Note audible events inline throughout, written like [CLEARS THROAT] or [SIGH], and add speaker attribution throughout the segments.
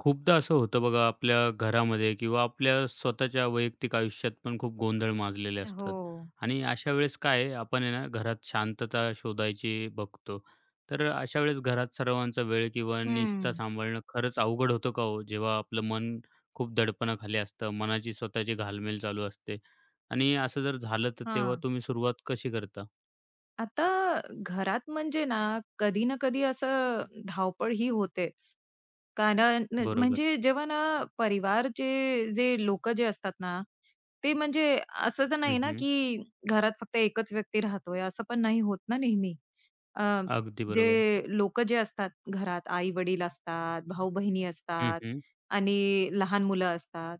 Speaker 1: खूपदा असं होतं बघा आपल्या घरामध्ये किंवा आपल्या स्वतःच्या वैयक्तिक आयुष्यात पण खूप गोंधळ माजलेले
Speaker 2: हो.
Speaker 1: असतात आणि अशा वेळेस काय आहे, आपण आहे ना घरात शांतता शोधायची बघतो. तर अशा वेळेस घरात सर्वांचा वेळ किंवा निस्ता
Speaker 2: हं.
Speaker 1: सांभाळणं खरंच अवघड होतं का हो? जेव्हा आपलं मन खूप दडपणाखाली असतं, मनाची स्वतःची घालमेल चालू असते आणि असं जर झालं तर तेव्हा
Speaker 2: हां.
Speaker 1: तुम्ही सुरुवात कशी करता?
Speaker 2: आता घरात म्हणजे ना, कधी ना कधी असं धावपळ ही होतेच. कारण न
Speaker 1: बरोबर.
Speaker 2: म्हणजे जेव्हा ना परिवारचे जे लोकं जे असतात ना, ते म्हणजे असं तर
Speaker 1: हं,
Speaker 2: नाही ना,
Speaker 1: हं.
Speaker 2: की घरात फक्त एकच व्यक्ती राहतोय, असं पण नाही होत ना नेहमी. अ,
Speaker 1: अगदी बरोबर.
Speaker 2: जे लोकं जे असतात घरात, आई-वडील असतात, भाऊ-बहिणी
Speaker 1: हं,
Speaker 2: असतात
Speaker 1: हं.
Speaker 2: आणि लहान मुलं असतात.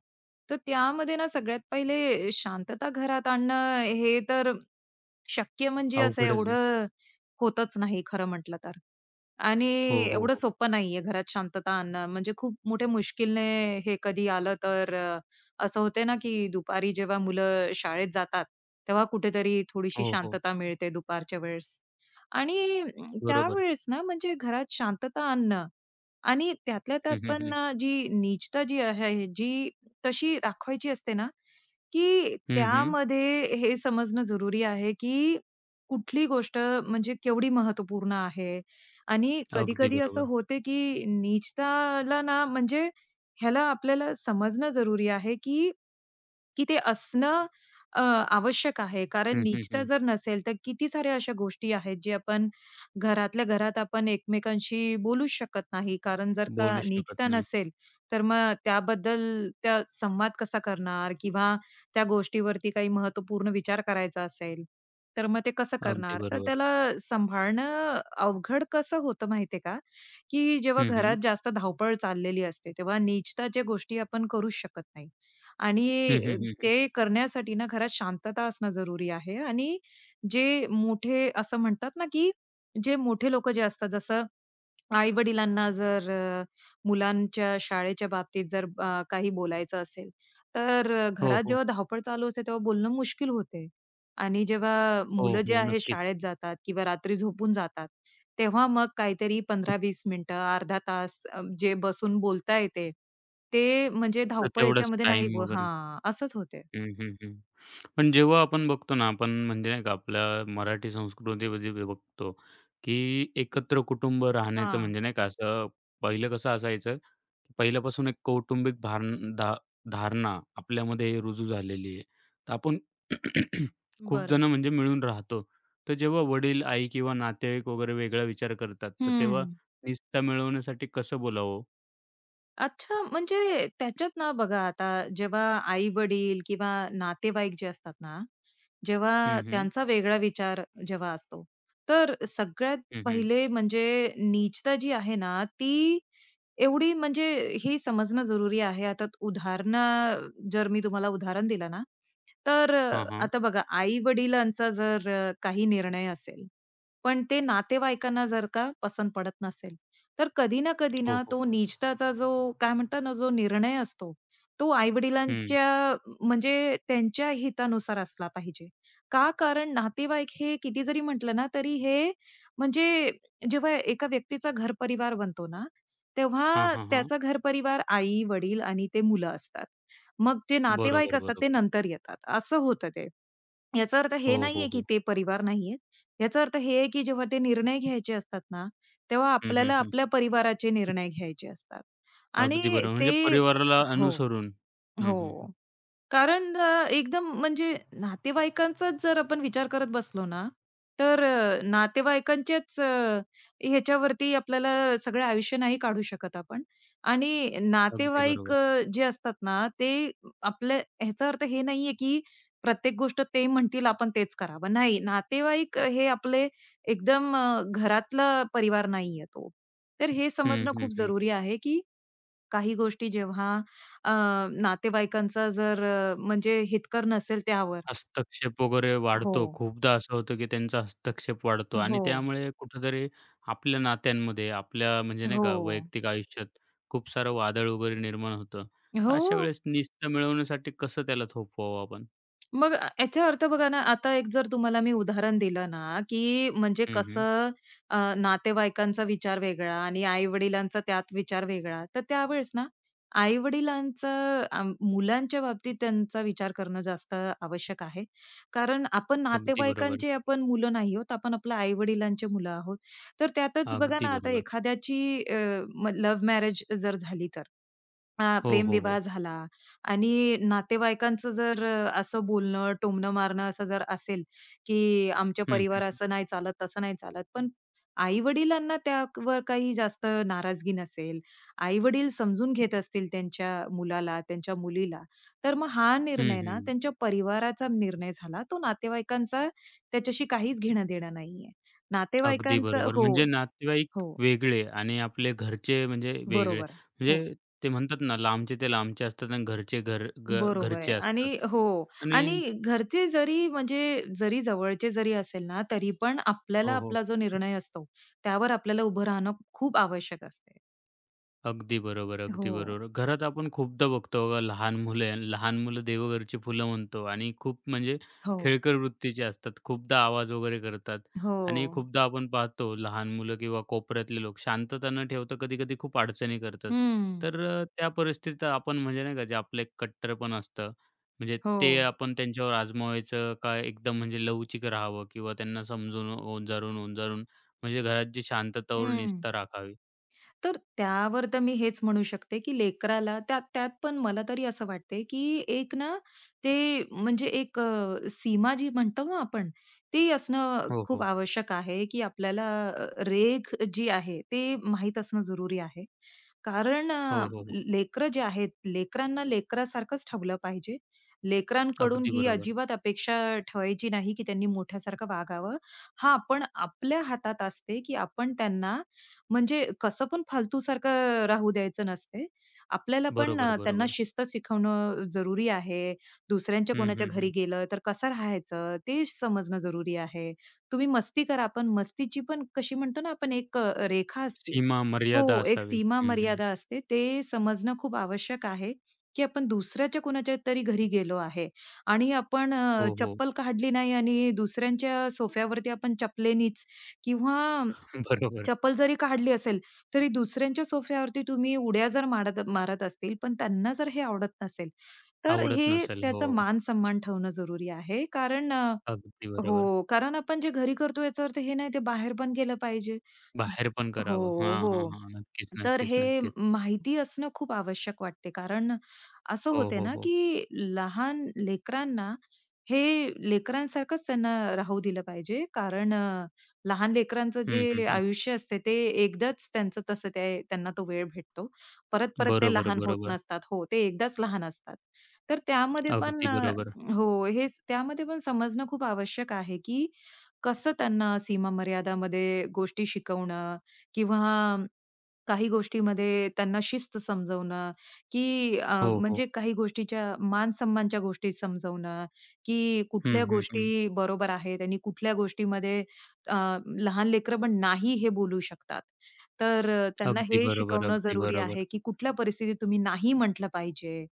Speaker 2: तर त्यामध्ये ना सगळ्यात पहिले शांतता घरात आणणं हे तर शक्य म्हणजे असं
Speaker 1: अवघडच आहे.
Speaker 2: एवढं होतच नाही खरं म्हटलं तर. आणि
Speaker 1: हो, हो,
Speaker 2: एवढं
Speaker 1: हो.
Speaker 2: सोपं नाहीये घरात शांतता आणणं. म्हणजे खूप मोठ्या मुश्किलने हे कधी आलं तर असं होते ना, की दुपारी जेव्हा मुलं शाळेत जातात, तेव्हा कुठेतरी थोडीशी
Speaker 1: हो, हो.
Speaker 2: शांतता मिळते दुपारच्या वेळेस. आणि
Speaker 1: बरोबर.
Speaker 2: त्यावेळेस ना, म्हणजे घरात शांतता आणणं आणि त्यातल्या त्यात
Speaker 1: हं, हं, हं.
Speaker 2: पण जी नीचता जी आहे, जी तशी राखवायची असते ना, की
Speaker 1: हं, हं.
Speaker 2: त्यामध्ये हे समजणं जरुरी आहे, की कुठली गोष्ट म्हणजे केवढी महत्त्वपूर्ण आहे आणि
Speaker 1: अगदी
Speaker 2: कधी-कधी असं
Speaker 1: बरोबर.
Speaker 2: होते, की नीचताला ना म्हणजे ह्याला आपल्याला समजणं जरुरी आहे, की की ते असणं अ, आवश्यक आहे. कारण
Speaker 1: हं, हं,
Speaker 2: निजता
Speaker 1: हं.
Speaker 2: जर नसेल, तर किती साऱ्या अशा गोष्टी आहेत, जे आपण घरातल्या घरात आपण एकमेकांशी बोलू शकत नाही. कारण जर का
Speaker 1: बोलू शकत
Speaker 2: निजता
Speaker 1: नाही.
Speaker 2: नसेल, तर मग त्याबद्दल त्या संवाद कसा करणार किंवा त्या गोष्टीवरती काही महत्त्वपूर्ण विचार करायचा असेल, तर मग ते कसं
Speaker 1: अगदी
Speaker 2: करणार? तर
Speaker 1: बरोबर.
Speaker 2: त्याला सांभाळणं अवघड कसं होतं माहिती का? की जेव्हा
Speaker 1: हं, हं.
Speaker 2: घरात जास्त धावपळ चाललेली असते, तेव्हा निजता ज्या गोष्टी आपण करूच शकत नाही आणि
Speaker 1: हं, हं, हं, हं.
Speaker 2: ते करण्यासाठी ना घरात शांतता असणं जरुरी आहे आणि जे मोठे असं म्हणतात ना, की जे मोठे लोकं जे असतात जसं आई-वडिलांना जर मुलांच्या शाळेच्या बाबतीत जर काही बोलायचं असेल, तर
Speaker 1: हो,
Speaker 2: घरात
Speaker 1: हो.
Speaker 2: जेव्हा धावपळ चालू असते तेव्हा बोलणं मुश्किल होते. आणि जेव्हा
Speaker 1: हो,
Speaker 2: मुलं जे
Speaker 1: हो.
Speaker 2: आहे
Speaker 1: नक्कीच.
Speaker 2: शाळेत जातात किंवा रात्री झोपून जातात, तेव्हा मग काहीतरी 15-20 मिनिटं, अर्धा तास जे बसून बोलता येते, ते म्हणजे
Speaker 1: तर
Speaker 2: धावपळ
Speaker 1: तेवढाच
Speaker 2: याच्यामध्ये नाही
Speaker 1: टाईम
Speaker 2: ब
Speaker 1: वगैरे.
Speaker 2: हां, असंच होते.
Speaker 1: हं, हं, हं. पण जेव्हा आपण बघतो ना, आपण म्हणजे नाही का आपल्या मराठी संस्कृतीमध्ये बी बघतो, की एकत्र कुटुंब राहण्याचं
Speaker 2: हां,
Speaker 1: म्हणजे नाही का असं पहिलं कसं असायचं, की पहिल्यापासून एक कौटुंबिक धारणा आपल्यामध्ये रुजू झालेली आहे. तर आपण [CLEARS THROAT] खूप
Speaker 2: बरं.
Speaker 1: जण म्हणजे मिळून राहतो. तर जेव्हा वडील, आई किंवा नातेवाईक वगैरे वेगळा विचार करतात, तर तेव्हा
Speaker 2: हं.
Speaker 1: निस्ता मिळवण्यासाठी कसं बोलावं?
Speaker 2: अच्छा, म्हणजे त्याच्यात ना बघा आता जेव्हा आई-वडील किंवा नातेवाईक जे असतात ना, जेव्हा
Speaker 1: हं, हं.
Speaker 2: त्यांचा वेगळा विचार जेव्हा असतो, तर सगळ्यात
Speaker 1: हं, हं.
Speaker 2: पहिले म्हणजे नीचता जी आहे ना, ती एवढी म्हणजे हे समजणं जरुरी आहे. आता उदाहरणं जर मी तुम्हाला उदाहरण दिलं ना, तर
Speaker 1: हां, हां.
Speaker 2: आता बघा आई-वडिलांचा जर काही निर्णय असेल, पण ते नातेवाईकांना जर का पसंत पडत नसेल, तर कधी ना कधी
Speaker 1: हो,
Speaker 2: ना
Speaker 1: हो.
Speaker 2: तो निजताचा जो काय म्हणतात ना, जो निर्णय असतो, तो
Speaker 1: हं.
Speaker 2: आई-वडिलांच्या म्हणजे त्यांच्या हितानुसार असला पाहिजे. का? कारण नातेवाईक हे किती जरी म्हटलं ना, तरी हे म्हणजे जेव्हा एका व्यक्तीचा घर-परिवार बनतो ना,
Speaker 1: हां,
Speaker 2: तेव्हा
Speaker 1: हां, हां.
Speaker 2: त्याचा घर-परिवार आई, वडील आणि ते मुलं असतात. मग जे नातेवाईक
Speaker 1: बरोबर,
Speaker 2: असतात ते
Speaker 1: बरोबर.
Speaker 2: नंतर येतात, असं होतं ते. याचा अर्थ
Speaker 1: हो,
Speaker 2: हे
Speaker 1: हो,
Speaker 2: नाहीये, की
Speaker 1: हो.
Speaker 2: ते परिवार नाहीये. याचा अर्थ हे आहे, की जेव्हा ते निर्णय घ्यायचे असतात ना, तेव्हा
Speaker 1: हं, हं,
Speaker 2: आपल्याला
Speaker 1: हं.
Speaker 2: आपल्या परिवाराचे निर्णय घ्यायचे असतात.
Speaker 1: अगदी
Speaker 2: आणि
Speaker 1: बरोबर. म्हणजे
Speaker 2: ते
Speaker 1: परिवाराला
Speaker 2: हो,
Speaker 1: अनुसरून. हं, हं, हं.
Speaker 2: हो. कारण एकदम म्हणजे नातेवाईकांचाच जर आपण विचार करत बसलो ना, तर नातेवाईकांच्याच ह्याच्यावरती आपल्याला सगळं आयुष्य नाही काढू शकत आपण. आणि
Speaker 1: अगदी
Speaker 2: नातेवाईक
Speaker 1: बरोबर.
Speaker 2: जे असतात ना, ते आपल्या ह्याचा अर्थ हे नाहीये, की प्रत्येक गोष्ट ते म्हणतील आपण तेच करावं. नाही, नातेवाईक हे आपले एकदम घरातला परिवार नाहीये तो. तर हे
Speaker 1: हं,
Speaker 2: समजणं
Speaker 1: हं,
Speaker 2: खूप
Speaker 1: हं.
Speaker 2: जरुरी आहे, की काही गोष्टी जेव्हा अ, नातेवाईकांचा जर म्हणजे हितकर नसेल त्यावर.
Speaker 1: हस्तक्षेप वगैरे
Speaker 2: हो,
Speaker 1: वाढतो. खूपदा असं होतं, की त्यांचा हस्तक्षेप वाढतो आणि
Speaker 2: हो.
Speaker 1: त्यामुळे कुठेतरी आपल्या नात्यांमध्ये, आपल्या म्हणजे नाही
Speaker 2: हो.
Speaker 1: का वैयक्तिक आयुष्यात खूप सारं वादळ वगैरे निर्माण होतं. तर
Speaker 2: हो.
Speaker 1: अशा वेळेस निस्त मिळवण्यासाठी कसं त्याला थोपवावं आपण?
Speaker 2: मग याचा अर्थ बघा ना, आता एक जर तुम्हाला मी उदाहरण दिलं ना, की म्हणजे
Speaker 1: हं, हं.
Speaker 2: कसं नातेवाईकांचा विचार वेगळा आणि आई-वडिलांचा त्यात विचार वेगळा. तर त्यावेळेस ना, आई-वडिलांचं मुलांच्या बाबतीत त्यांचा विचार करणं जास्त आवश्यक आहे. कारण आपण
Speaker 1: अगदी बरोबर.
Speaker 2: नातेवाईकांचे आपण मुलं नाही आहोत. आपण आपल्या आई-वडिलांचे मुलं आहोत. तर त्यातच बघा
Speaker 1: अगदी
Speaker 2: ना, आता
Speaker 1: बरोबर.
Speaker 2: एखाद्याची लव्ह मॅरेज जर झाली
Speaker 1: हो, हो,
Speaker 2: प्रेमविवाह
Speaker 1: हो.
Speaker 2: झाला आणि नातेवाईकांचं जर असं बोलणं, टोमणं मारणं असं जर असेल, की आमच्या
Speaker 1: हं,
Speaker 2: परिवार
Speaker 1: हं.
Speaker 2: असं नाही चालत, तसं नाही चालत. पण आई-वडिलांना त्यावर काही जास्त नाराजगी नसेल, आई-वडील समजून घेत असतील त्यांच्या मुलाला, त्यांच्या मुलीला, तर मग हा
Speaker 1: हं,
Speaker 2: निर्णय ना
Speaker 1: हं.
Speaker 2: त्यांच्या परिवाराचा निर्णय झाला. तो नातेवाईकांचा त्याच्याशी काहीच घेणं-देणं नाहीये.
Speaker 1: अगदी
Speaker 2: नातेवाईकांचं
Speaker 1: बरोबर.
Speaker 2: हो,
Speaker 1: म्हणजे नातेवाईक
Speaker 2: हो.
Speaker 1: वेगळे आणि आपले घरचे म्हणजे वेगळे.
Speaker 2: बरोबर. हो.
Speaker 1: म्हणजे ते म्हणतात ना, लांबचे ते लांबचे असतात आणि घरचे घर घ
Speaker 2: बरोबर
Speaker 1: घरचे
Speaker 2: आहे. आणि
Speaker 1: असतात
Speaker 2: हो
Speaker 1: आणि
Speaker 2: आणि घरचे जरी म्हणजे जरी जवळचे जरी असेल ना, तरी पण आपल्याला
Speaker 1: हो, हो.
Speaker 2: आपला जो निर्णय असतो, त्यावर आपल्याला उभं राहणं खूप आवश्यक असते.
Speaker 1: अगदी बरोबर,
Speaker 2: हो.
Speaker 1: अगदी बरोबर. घरात आपण खूपदा बघतो बघा लहान मुलं लहान मुलं देवघरची फुलं म्हणतो आणि खूप म्हणजे
Speaker 2: हो.
Speaker 1: खेळकर वृत्तीची असतात. खूपदा आवाज वगैरे करतात
Speaker 2: हो.
Speaker 1: आणि खूपदा आपण पाहतो लहान मुलं किंवा कोपऱ्यातले लोक शांतता न ठेवता कधी-कधी खूप अडचणी करतात.
Speaker 2: हं.
Speaker 1: तर त्या परिस्थितीत आपण म्हणजे नाही का जे आपलं एक कट्टरपण असतं म्हणजे
Speaker 2: हो.
Speaker 1: ते आपण त्यांच्यावर आजमावायचं का एकदम म्हणजे लवचिक राहावं किंवा त्यांना समजून ओंजारून, ओंजारून म्हणजे घरात जी शांतता व
Speaker 2: हं.
Speaker 1: राखावी?
Speaker 2: तर त्यावर तर मी हेच म्हणू शकते, की लेकराला त्यात त्यात पण मला तरी असं वाटते, की एक ना ते म्हणजे एक सीमा जी म्हणतो ना आपण, ती असणं
Speaker 1: हो,
Speaker 2: खूप
Speaker 1: हो.
Speaker 2: आवश्यक आहे, की आपल्याला रेघ जी आहे ते माहीत असणं जरुरी आहे. कारण
Speaker 1: हो, हो, हो.
Speaker 2: लेकरं जे आहेत, लेकरांना लेकरासारखंच ठेवलं पाहिजे. लेकरांकडून
Speaker 1: अगदी
Speaker 2: ही
Speaker 1: बरोबर.
Speaker 2: अजिबात अपेक्षा ठेवायची नाही, की त्यांनी मोठ्यासारखं वागावं. हां, पण आपल्या हातात असते, की आपण त्यांना म्हणजे कसं पण फालतूसारखं राहू द्यायचं नसते. आपल्याला पण
Speaker 1: बरोबर,
Speaker 2: त्यांना
Speaker 1: बरोबर.
Speaker 2: शिस्त शिकवणं जरुरी आहे. दुसऱ्यांच्या
Speaker 1: हं,
Speaker 2: कोणाच्या
Speaker 1: हं, हं.
Speaker 2: घरी गेलं तर कसं राहायचं ते समजणं जरुरी आहे. तुम्ही मस्ती करा, पण मस्तीची पण कशी म्हणतो ना आपण एक रेखा असते.
Speaker 1: सीमा,
Speaker 2: हो,
Speaker 1: मर्यादा
Speaker 2: एक
Speaker 1: असावी. हं, हं.
Speaker 2: सीमा-मर्यादा असते. ते समजणं खूप आवश्यक आहे, की आपण दुसऱ्याच्या कुणाच्या तरी घरी गेलो आहे आणि आपण
Speaker 1: हो, हो.
Speaker 2: चप्पल काढली नाही आणि दुसऱ्यांच्या सोफ्यावरती आपण चपलेनीच किंवा
Speaker 1: [LAUGHS] बरोबर.
Speaker 2: चप्पल जरी काढली असेल, तरी दुसऱ्यांच्या सोफ्यावरती तुम्ही उड्या जर मारत मारत असतील, पण त्यांना जर हे आवडत नसेल, तर
Speaker 1: आवडत
Speaker 2: हे
Speaker 1: नसेल. हो.
Speaker 2: त्याचा मान-सन्मान ठेवणं जरुरी आहे. कारण
Speaker 1: अगदी बरोबर.
Speaker 2: हो, कारण आपण जे घरी करतो याचा अर्थ हे नाही ते बाहेर पण केलं पाहिजे.
Speaker 1: बाहेर पण
Speaker 2: हो,
Speaker 1: करावं. हां, हां,
Speaker 2: हो.
Speaker 1: हां. नक्कीच,
Speaker 2: तर
Speaker 1: नक्कीच,
Speaker 2: हे
Speaker 1: नक्कीच.
Speaker 2: माहिती असणं खूप आवश्यक वाटते. कारण असं
Speaker 1: हो,
Speaker 2: होते
Speaker 1: हो,
Speaker 2: ना,
Speaker 1: हो.
Speaker 2: की लहान लेकरांना हे लेकरांसारखंच त्यांना राहू दिलं पाहिजे. कारण लहान लेकरांचं
Speaker 1: हं, हं,
Speaker 2: जे
Speaker 1: हं.
Speaker 2: आयुष्य असते ते एकदाच त्यांचं तसं ते त्यांना तो वेळ भेटतो. परत-परत ते
Speaker 1: बरोबर,
Speaker 2: लहान होत
Speaker 1: बरोबर.
Speaker 2: नसतात. हो, ते एकदाच लहान असतात. तर त्यामध्ये पण
Speaker 1: अगदी बरोबर.
Speaker 2: हो, हेच त्यामध्ये पण समजणं खूप आवश्यक आहे, की कसं त्यांना सीमा मर्यादामध्ये गोष्टी शिकवणं किंवा काही गोष्टीमध्ये त्यांना शिस्त समजवणं, की
Speaker 1: हो, हो.
Speaker 2: म्हणजे काही गोष्टीच्या मान-सन्मानच्या गोष्टी समजवणं, की
Speaker 1: हं,
Speaker 2: कुठल्या
Speaker 1: हं, हं.
Speaker 2: गोष्टी बरोबर आहेत आणि कुठल्या गोष्टीमध्ये अ, लहान लेकरं पण नाही हे बोलू शकतात. तर त्यांना
Speaker 1: अगदी
Speaker 2: हे
Speaker 1: बरोबर,
Speaker 2: शिकवणं
Speaker 1: अगदी
Speaker 2: जरुरी आहे,
Speaker 1: बरोबर.
Speaker 2: की कुठल्या परिस्थितीत तुम्ही नाही म्हटलं पाहिजे.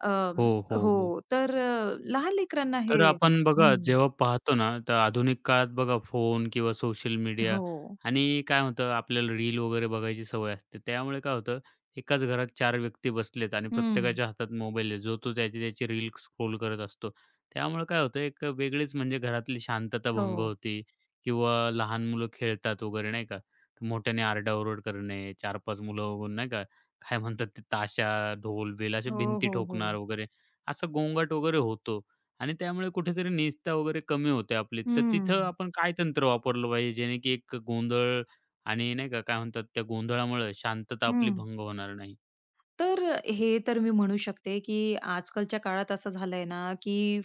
Speaker 2: अ,
Speaker 1: हो, हो,
Speaker 2: हो,
Speaker 1: हो.
Speaker 2: तर लहान लेकरांना
Speaker 1: तर
Speaker 2: हे
Speaker 1: आपण बघा
Speaker 2: हं.
Speaker 1: जेव्हा पाहतो ना, तर आधुनिक काळात बघा फोन किंवा सोशल मीडिया
Speaker 2: हो.
Speaker 1: आणि काय होतं आपल्याला रील वगैरे बघायची सवय असते. त्यामुळे काय होतं एकाच घरात चार व्यक्ती बसलेत आणि
Speaker 2: हं.
Speaker 1: प्रत्येकाच्या हातात मोबाईल आहे. जो तो त्याची त्याची रील स्क्रोल करत असतो. त्यामुळे काय होतं एक वेगळीच म्हणजे घरातली शांतता भंग
Speaker 2: हो.
Speaker 1: होते किंवा लहान मुलं खेळतात वगैरे नाही का. तर मोठ्याने आरडाओरड करणे, 4-5 मुलं बघून नाही का, काय म्हणतात ते ताशा, ढोल, बेल अशा
Speaker 2: हो,
Speaker 1: भिंती
Speaker 2: हो, हो.
Speaker 1: ठोकणार वगैरे असा गोंगाट वगैरे होतो. आणि त्यामुळे कुठेतरी निस्ता वगैरे कमी होते आपली. तर
Speaker 2: हं,
Speaker 1: तिथं आपण काय तंत्र वापरलं पाहिजे, जेणे की एक गोंधळ आणि नाही का, काय म्हणतात त्या गोंधळामुळे शांतता आपली
Speaker 2: हं.
Speaker 1: भंग होणार नाही.
Speaker 2: तर हे तर मी म्हणू शकते, की आजकालच्या काळात असं झालंय ना, की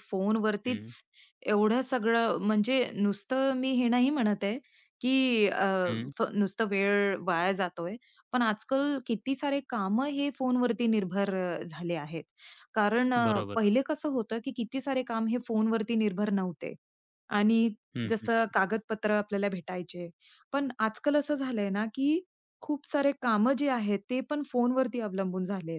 Speaker 1: हं,
Speaker 2: फोनवरतीच एवढं सगळं म्हणजे नुसतं मी हे नाही म्हणत आहे, की
Speaker 1: हं.
Speaker 2: फ नुसतं वेळ वाया जातोय. पण आजकाल किती सारे कामं हे फोनवरती निर्भर झाले आहेत. कारण
Speaker 1: बरोबर.
Speaker 2: पहिले कसं होतं, की किती सारे काम हे फोनवरती निर्भर नव्हते आणि
Speaker 1: हं, हं.
Speaker 2: जसं कागदपत्र आपल्याला भेटायचे. पण आजकाल असं झालंय ना, की खूप सारे कामं जी आहेत, ते पण फोनवरती अवलंबून झाले.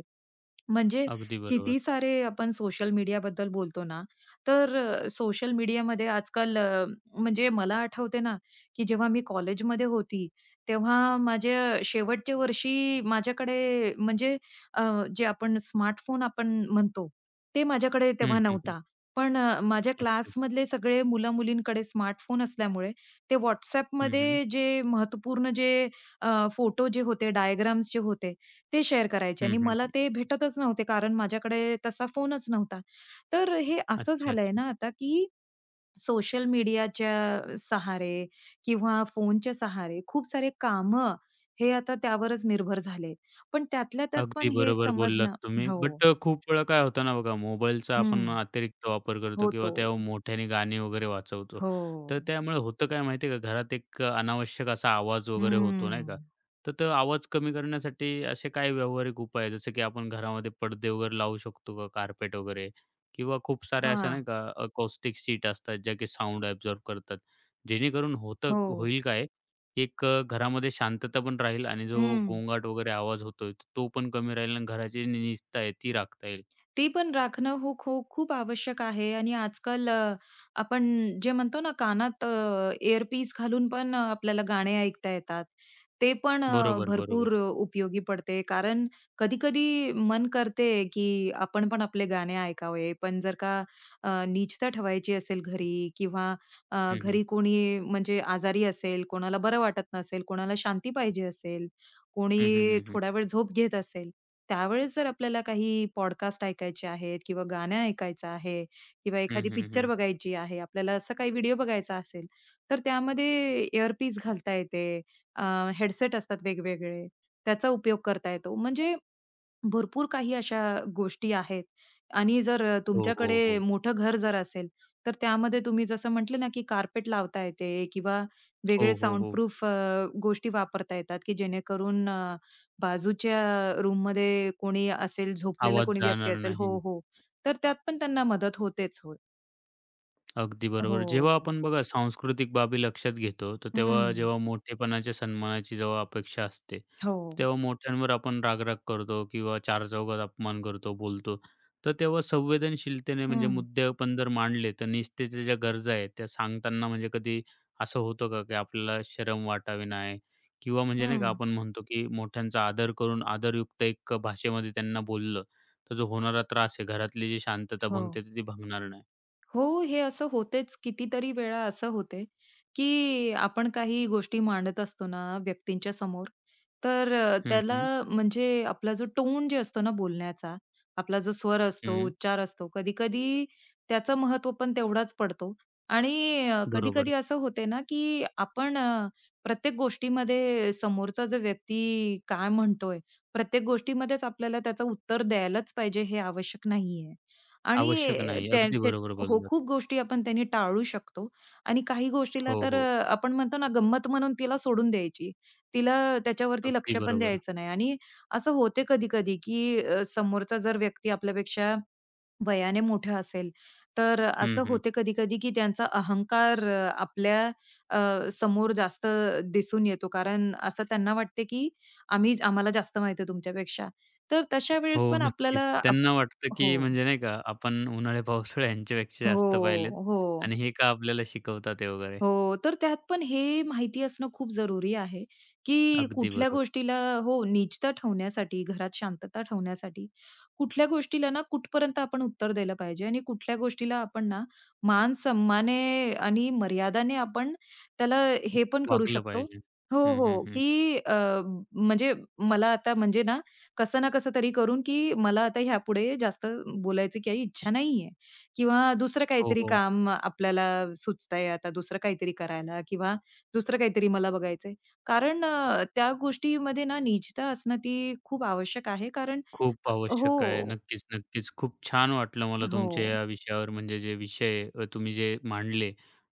Speaker 2: म्हणजे
Speaker 1: अगदी
Speaker 2: किती
Speaker 1: बरोबर.
Speaker 2: सारे आपण सोशल मीडियाबद्दल बोलतो ना, तर सोशल मीडियामध्ये आजकाल म्हणजे मला आठवते ना, की जेव्हा मी कॉलेजमध्ये होती, तेव्हा माझ्या शेवटच्या वर्षी माझ्याकडे म्हणजे अ, जे आपण स्मार्टफोन आपण म्हणतो, ते माझ्याकडे
Speaker 1: हं,
Speaker 2: तेव्हा
Speaker 1: हं, हं.
Speaker 2: नव्हता. पण माझ्या
Speaker 1: अच्छा.
Speaker 2: क्लासमधले सगळे मुलं-मुलींकडे स्मार्टफोन असल्यामुळे ते
Speaker 1: हं, हं.
Speaker 2: WhatsAppमध्ये जे महत्त्वपूर्ण जे फोटो जे होते, डायग्राम्स जे होते ते शेअर करायचे
Speaker 1: हं,
Speaker 2: आणि मला
Speaker 1: हं.
Speaker 2: ते भेटतच नव्हते, कारण माझ्याकडे तसा फोनच नव्हता. तर हे असं
Speaker 1: अच्छा,
Speaker 2: झालंय
Speaker 1: अच्छा.
Speaker 2: ना आता, की सोशल मीडियाच्या सहारे किंवा फोनच्या सहारे खूप सारे कामं हे आता त्यावरच निर्भर झाले. पण त्यातल्या त्यात
Speaker 1: अगदी
Speaker 2: पण हे
Speaker 1: बरोबर बोललात
Speaker 2: समजणं
Speaker 1: तुम्ही.
Speaker 2: हो.
Speaker 1: बट खूप वेळा काय होतं ना बघा, मोबाईलचा आपण
Speaker 2: हं.
Speaker 1: अतिरिक्त वापर करतो किंवा
Speaker 2: होतो.
Speaker 1: त्या मोठ्याने गाणी वगैरे वाजवतो.
Speaker 2: हो.
Speaker 1: तर त्यामुळे होतं काय माहिती आहे का, घरात एक अनावश्यक असा आवाज वगैरे होतो नाही का.
Speaker 2: हं.
Speaker 1: तर तो आवाज कमी करण्यासाठी असे काही व्यावहारिक उपाय आहे, जसं की आपण घरामध्ये पडदे वगैरे लावू शकतो का, कार्पेट वगैरे किंवा खूप साऱ्या अशा
Speaker 2: हां.
Speaker 1: नाही का अकॉस्टिक शीट असतात, ज्या की साउंड ॲब्सॉर्ब करतात. जेणेकरून
Speaker 2: हो.
Speaker 1: होईल काय एक घरामध्ये शांतता पण राहील आणि जो
Speaker 2: हं.
Speaker 1: गोंगाट वगैरे आवाज होतोय, तो पण कमी राहील आणि घराची जी निजता आहे ती राखता येईल.
Speaker 2: ते पण राखणं हो खो खूप आवश्यक आहे आणि आजकाल आपण जे म्हणतो ना कानात इअर पीस घालून पण आपल्याला गाणे ऐकता येतात. ते पण
Speaker 1: बरोबर,
Speaker 2: भरपूर
Speaker 1: बरोबर.
Speaker 2: उपयोगी पडते. कारण कधी-कधी मन करते, की आपण पण आपले गाणे ऐकावे. पण जर का नीचता ठेवायची असेल घरी किंवा अ,
Speaker 1: हं, हं.
Speaker 2: घरी कोणी म्हणजे आजारी असेल, कोणाला बरं वाटत नसेल, कोणाला शांती पाहिजे असेल,
Speaker 1: हं, हं,
Speaker 2: कोणी
Speaker 1: हं, हं.
Speaker 2: थोडा वेळ झोप घेत असेल, त्यावेळेस जर आपल्याला काही पॉडकास्ट ऐकायचे आहेत किंवा गाणं ऐकायचं आहे किंवा
Speaker 1: हं,
Speaker 2: एखादी
Speaker 1: हं,
Speaker 2: पिक्चर
Speaker 1: हं.
Speaker 2: बघायची आहे, आपल्याला असं काही व्हिडिओ बघायचा असेल, तर त्यामध्ये इअरपीस घालता येते. हेडसेट असतात वेगवेगळे, त्याचा उपयोग करता येतो. म्हणजे भरपूर काही अशा गोष्टी आहेत आणि जर
Speaker 1: हो, हो,
Speaker 2: तुमच्याकडे
Speaker 1: हो.
Speaker 2: मोठं घर जर असेल, तर त्यामध्ये तुम्ही जसं म्हटले ना, की कार्पेट लावता येते किंवा वेगळे
Speaker 1: हो, हो, हो.
Speaker 2: साउंडप्रूफ प्रूफ गोष्टी वापरता येतात, की जेणेकरून बाजूच्या रूममध्ये कोणी असेल, झोपलेलं
Speaker 1: आवाज
Speaker 2: कोणी व्यक्ती
Speaker 1: जाणार
Speaker 2: असेल
Speaker 1: नाही.
Speaker 2: हो, हो. तर त्यात पण त्यांना मदत होतेच हो.
Speaker 1: अगदी बरोबर. जेव्हा
Speaker 2: हो.
Speaker 1: आपण बघा सांस्कृतिक बाबी लक्षात घेतो, तर
Speaker 2: हं.
Speaker 1: तेव्हा जेव्हा मोठेपणाच्या सन्मानाची जेव्हा अपेक्षा असते,
Speaker 2: हो.
Speaker 1: तेव्हा मोठ्यांवर आपण राग-राग करतो किंवा चारचौघात अपमान करतो, बोलतो. तर तेव्हा संवेदनशीलतेने म्हणजे
Speaker 2: हं.
Speaker 1: मुद्दे आपण जर मांडले, तर निस्तेच्या ज्या गरजा आहेत, त्या सांगताना म्हणजे कधी असं होतं का, की आपल्याला शरम वाटावी नाही किंवा म्हणजे नाही का
Speaker 2: हं.
Speaker 1: आपण म्हणतो, की मोठ्यांचा आदर करून आदरयुक्त एक भाषेमध्ये त्यांना बोललं, तर जो होणारा त्रास आहे, घरातली जी शांतता
Speaker 2: हो.
Speaker 1: भंगते, ती भंगणार नाही.
Speaker 2: हो, हे असं होतेच. कितीतरी वेळा असं होते, की आपण काही गोष्टी मांडत असतो ना व्यक्तींच्या समोर, तर
Speaker 1: हं,
Speaker 2: त्याला
Speaker 1: हं.
Speaker 2: म्हणजे आपला जो टोन जे असतो ना बोलण्याचा, आपला जो स्वर असतो,
Speaker 1: हं.
Speaker 2: उच्चार असतो, कधी-कधी त्याचं महत्त्व पण तेवढाच पडतो. आणि
Speaker 1: बरोबर.
Speaker 2: कधी-कधी असं होते ना, की आपण प्रत्येक गोष्टीमध्ये समोरचा जो व्यक्ती काय म्हणतोय, प्रत्येक गोष्टीमध्येच आपल्याला त्याचं उत्तर द्यायलाच पाहिजे हे आवश्यक नाहीये.
Speaker 1: आवश्यक
Speaker 2: आणि
Speaker 1: नाही.
Speaker 2: त्या
Speaker 1: अगदी बरोबर
Speaker 2: हो,
Speaker 1: बोललात.
Speaker 2: खूप गोष्टी आपण त्याने टाळू शकतो आणि काही गोष्टीला
Speaker 1: हो,
Speaker 2: तर
Speaker 1: हो.
Speaker 2: आपण म्हणतो ना गंमत म्हणून तिला सोडून द्यायची. तिला त्याच्यावरती
Speaker 1: अगदी
Speaker 2: लक्ष पण
Speaker 1: बरोबर.
Speaker 2: द्यायचं नाही आणि असं होते कधी-कधी की समोरचा जर व्यक्ती आपल्यापेक्षा वयाने मोठा असेल, तर
Speaker 1: हं,
Speaker 2: असं
Speaker 1: हं.
Speaker 2: होते कधी-कधी की त्यांचा अहंकार आपल्या समोर जास्त दिसून येतो. कारण असं त्यांना वाटते की आम्ही आम्हाला जास्त माहिती आहे तुमच्यापेक्षा. तर तशा
Speaker 1: हो,
Speaker 2: वेळेस पण
Speaker 1: नक्कीच.
Speaker 2: आपल्याला आप
Speaker 1: त्यांना वाटतं,
Speaker 2: हो.
Speaker 1: की म्हणजे नाही का आपण उन्हाळे-पावसाळे यांच्यापेक्षा
Speaker 2: हो,
Speaker 1: जास्त पाहिलेत
Speaker 2: हो.
Speaker 1: आणि हे का आपल्याला शिकवतात आहे वगैरे.
Speaker 2: हो, तर त्यात पण हे माहिती असणं खूप जरुरी आहे, की
Speaker 1: अगदी
Speaker 2: कुठल्या
Speaker 1: बरोबर.
Speaker 2: गोष्टीला हो, निजता ठेवण्यासाठी, घरात शांतता ठेवण्यासाठी, कुठल्या गोष्टीला ना कुठपर्यंत आपण उत्तर दिलं पाहिजे आणि कुठल्या गोष्टीला आपण ना मान सन्माने आणि मर्यादाने आपण त्याला हे पण करू
Speaker 1: वागलं
Speaker 2: शकतो.
Speaker 1: पाहिजे.
Speaker 2: हो,
Speaker 1: हं, हं,
Speaker 2: हो,
Speaker 1: हं.
Speaker 2: की म्हणजे मला आता म्हणजे ना कसं ना कसं तरी करून, की मला आता ह्यापुढे जास्त बोलायची काही इच्छा नाहीये. किंवा दुसरं
Speaker 1: हो,
Speaker 2: काहीतरी
Speaker 1: हो.
Speaker 2: काम आपल्याला सुचतंय आता दुसरं काहीतरी करायला किंवा दुसरं काहीतरी मला बघायचंय. कारण त्या गोष्टीमध्ये ना निजता असणं ती खूप आवश्यक आहे कारण
Speaker 1: खूप आवश्यक आहे.
Speaker 2: हो,
Speaker 1: नक्कीच, नक्कीच. खूप छान वाटलं मला
Speaker 2: हो.
Speaker 1: तुमच्या या विषयावर म्हणजे जे विषय तुम्ही जे मांडले,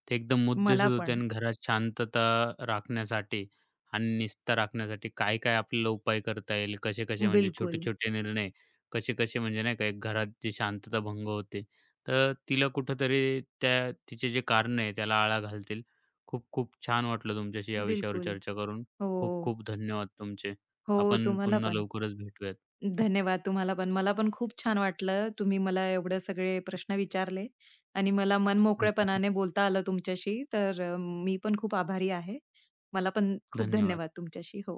Speaker 1: ते एकदम
Speaker 2: मला
Speaker 1: मुद्देसूद होते
Speaker 2: पण.
Speaker 1: आणि घरात शांतता राखण्यासाठी आणि निस्ता राखण्यासाठी काय-काय आपल्याला उपाय करता येईल, कसे-कसे म्हणजे
Speaker 2: बिलकुल,
Speaker 1: छोटे-छोटे निर्णय, कसे-कसे म्हणजे नाही का एक घरात जी शांतता भंग होते. तर तिला कुठेतरी त्या तिचे जे कारणं आहे त्याला आळा घालतील. खूप-खूप छान वाटलं तुमच्याशी या विषयावर
Speaker 2: बिलकुल.
Speaker 1: चर्चा करून.
Speaker 2: हो,
Speaker 1: खूप-खूप धन्यवाद तुमचे.
Speaker 2: हो.
Speaker 1: आपण
Speaker 2: तुम्हाला
Speaker 1: पुन्हा
Speaker 2: पण.
Speaker 1: लवकरच भेटूयात.
Speaker 2: धन्यवाद तुम्हाला पण. मला पण खूप छान वाटलं. तुम्ही मला एवढे सगळे प्रश्न विचारले आणि मला
Speaker 1: हं, हं, हं.
Speaker 2: मनमोकळेपणाने बोलता आलं तुमच्याशी. तर मी पण खूप आभारी आहे. मला पण खूप
Speaker 1: धन्यवाद.
Speaker 2: धन्यवाद तुमच्याशी. हो.